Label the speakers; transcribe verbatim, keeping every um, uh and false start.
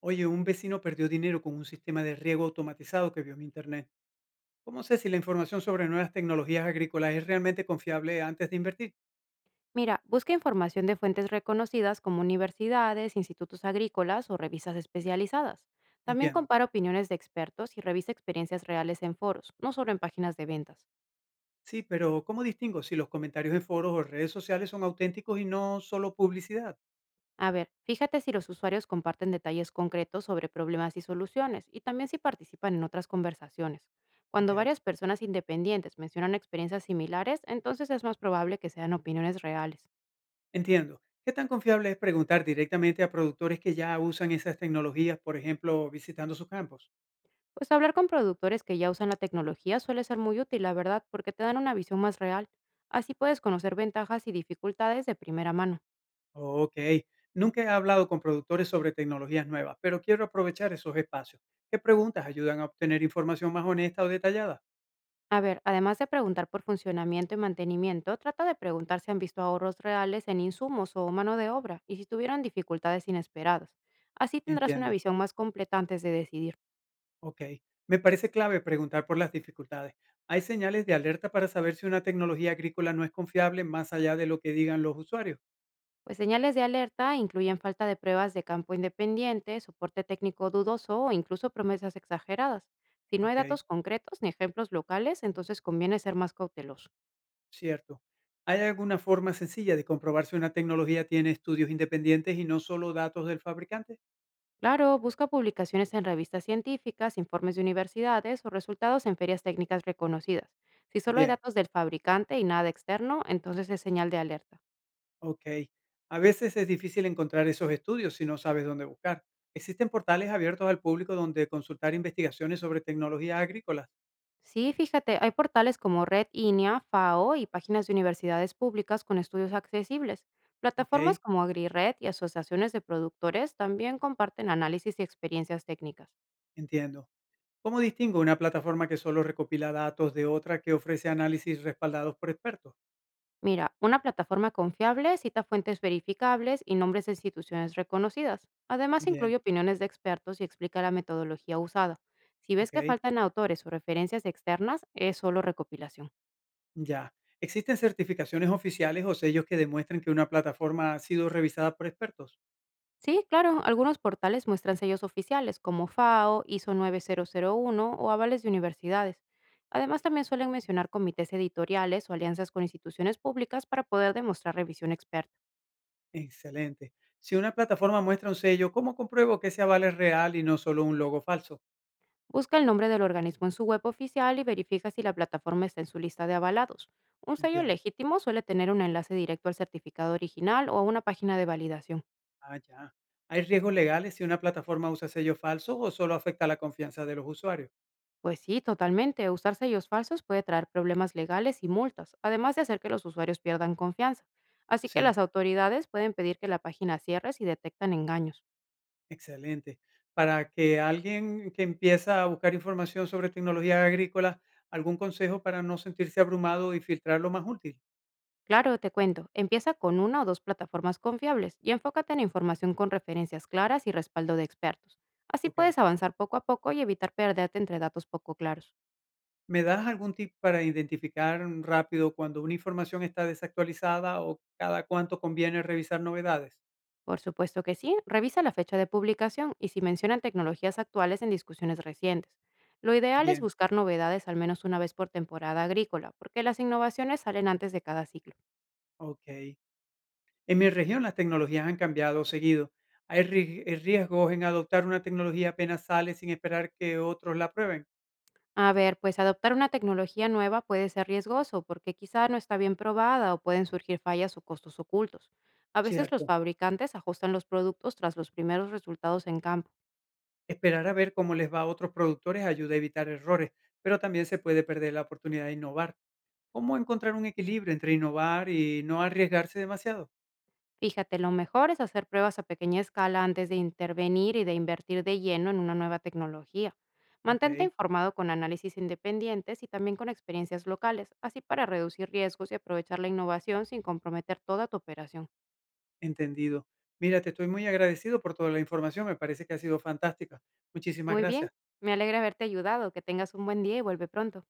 Speaker 1: Oye, un vecino perdió dinero con un sistema de riego automatizado que vio en Internet. ¿Cómo sé si la información sobre nuevas tecnologías agrícolas es realmente confiable antes de invertir?
Speaker 2: Mira, busca información de fuentes reconocidas como universidades, institutos agrícolas o revistas especializadas. También
Speaker 1: Entiendo.
Speaker 2: compara opiniones de expertos y revisa experiencias reales en foros, no solo en páginas de ventas.
Speaker 1: Sí, pero ¿cómo distingo si los comentarios en foros o redes sociales son auténticos y no solo publicidad?
Speaker 2: A ver, fíjate si los usuarios comparten detalles concretos sobre problemas y soluciones y también si participan en otras conversaciones.
Speaker 1: Ok,
Speaker 2: Cuando varias personas independientes mencionan experiencias similares, entonces es más probable que sean opiniones reales.
Speaker 1: entiendo. ¿Qué tan confiable es preguntar directamente a productores que ya usan esas tecnologías, por ejemplo, visitando sus campos?
Speaker 2: Pues hablar con productores que ya usan la tecnología suele ser muy útil, la verdad, porque te dan una visión más real. Así puedes conocer ventajas y dificultades de primera mano.
Speaker 1: Ok, nunca he hablado con productores sobre tecnologías nuevas, pero quiero aprovechar esos espacios. ¿Qué preguntas ayudan a obtener información más honesta o detallada?
Speaker 2: A ver, además de preguntar por funcionamiento y mantenimiento, trata de preguntar si han visto ahorros reales en insumos o mano de obra y si tuvieron dificultades inesperadas. Así tendrás una
Speaker 1: Entiendo.
Speaker 2: visión más completa antes de decidir.
Speaker 1: Ok, me parece clave preguntar por las dificultades. ¿Hay señales de alerta para saber si una tecnología agrícola no es confiable más allá de lo que digan los usuarios?
Speaker 2: Pues señales de alerta incluyen falta de pruebas de campo independiente, soporte técnico dudoso o incluso promesas exageradas. Si no hay
Speaker 1: Ok,
Speaker 2: datos concretos ni ejemplos locales, entonces conviene ser más cauteloso.
Speaker 1: cierto. ¿Hay alguna forma sencilla de comprobar si una tecnología tiene estudios independientes y no solo datos del fabricante?
Speaker 2: Claro, busca publicaciones en revistas científicas, informes de universidades o resultados en ferias técnicas reconocidas. Si solo hay
Speaker 1: Bien.
Speaker 2: datos del fabricante y nada externo, entonces es señal de alerta.
Speaker 1: Ok. A veces es difícil encontrar esos estudios si no sabes dónde buscar. Existen portales abiertos al público donde consultar investigaciones sobre tecnologías agrícolas.
Speaker 2: Sí, fíjate, hay portales como Red I N E A, FAO y páginas de universidades públicas con estudios accesibles.
Speaker 1: Ok,
Speaker 2: Plataformas como AgriRed y asociaciones de productores también comparten análisis y experiencias técnicas.
Speaker 1: entiendo. ¿Cómo distingo una plataforma que solo recopila datos de otra que ofrece análisis respaldados por expertos?
Speaker 2: Mira, una plataforma confiable cita fuentes verificables y nombres de instituciones reconocidas. Además,
Speaker 1: Bien,
Speaker 2: incluye opiniones de expertos y explica la metodología usada. Si ves que
Speaker 1: ok,
Speaker 2: faltan autores o referencias externas, es solo recopilación.
Speaker 1: ya. ¿Existen certificaciones oficiales o sellos que demuestren que una plataforma ha sido revisada por expertos?
Speaker 2: Sí, claro, algunos portales muestran sellos oficiales como FAO, ISO nueve mil uno o avales de universidades. Además, también suelen mencionar comités editoriales o alianzas con instituciones públicas para poder demostrar revisión experta.
Speaker 1: Excelente. Si una plataforma muestra un sello, ¿cómo compruebo que ese aval es real y no solo un logo falso?
Speaker 2: Busca el nombre del organismo en su web oficial y verifica si la plataforma está en su lista de avalados. Un sello
Speaker 1: Entiendo.
Speaker 2: legítimo suele tener un enlace directo al certificado original o a una página de validación.
Speaker 1: Ah, ya. ¿Hay riesgos legales si una plataforma usa sello falso o solo afecta la confianza de los usuarios?
Speaker 2: Pues sí, totalmente. Usar sellos falsos puede traer problemas legales y multas, además de hacer que los usuarios pierdan confianza. Así que
Speaker 1: Sí,
Speaker 2: las autoridades pueden pedir que la página cierre si detectan engaños.
Speaker 1: excelente. Para que alguien que empieza a buscar información sobre tecnología agrícola, algún consejo para no sentirse abrumado y filtrar lo más útil.
Speaker 2: Claro, te cuento, empieza con una o dos plataformas confiables y enfócate en información con referencias claras y respaldo de expertos. Así
Speaker 1: Ok.
Speaker 2: puedes avanzar poco a poco y evitar perderte entre datos poco claros.
Speaker 1: ¿Me das algún tip para identificar rápido cuando una información está desactualizada o cada cuánto conviene revisar novedades?
Speaker 2: Por supuesto que sí, revisa la fecha de publicación y si mencionan tecnologías actuales en discusiones recientes. Lo ideal es
Speaker 1: Bien,
Speaker 2: buscar novedades al menos una vez por temporada agrícola, porque las innovaciones salen antes de cada ciclo.
Speaker 1: ok. En mi región las tecnologías han cambiado seguido. Hay ri- eh, riesgos en adoptar una tecnología apenas sale sin esperar que otros la prueben.
Speaker 2: A ver, pues adoptar una tecnología nueva puede ser riesgoso porque quizá no está bien probada o pueden surgir fallas o costos ocultos. A veces los
Speaker 1: Cierto.
Speaker 2: fabricantes ajustan los productos tras los primeros resultados en campo.
Speaker 1: Esperar a ver cómo les va a otros productores ayuda a evitar errores, pero también se puede perder la oportunidad de innovar. ¿Cómo encontrar un equilibrio entre innovar y no arriesgarse demasiado?
Speaker 2: Fíjate, lo mejor es hacer pruebas a pequeña escala antes de intervenir y de invertir de lleno en una nueva tecnología.
Speaker 1: Ok,
Speaker 2: Mantente informado con análisis independientes y también con experiencias locales, así para reducir riesgos y aprovechar la innovación sin comprometer toda tu operación.
Speaker 1: entendido. Mira, te estoy muy agradecido por toda la información. Me parece que ha sido fantástica. Muchísimas
Speaker 2: Muy bien,
Speaker 1: gracias.
Speaker 2: me alegra haberte ayudado, que tengas un buen día y vuelve pronto.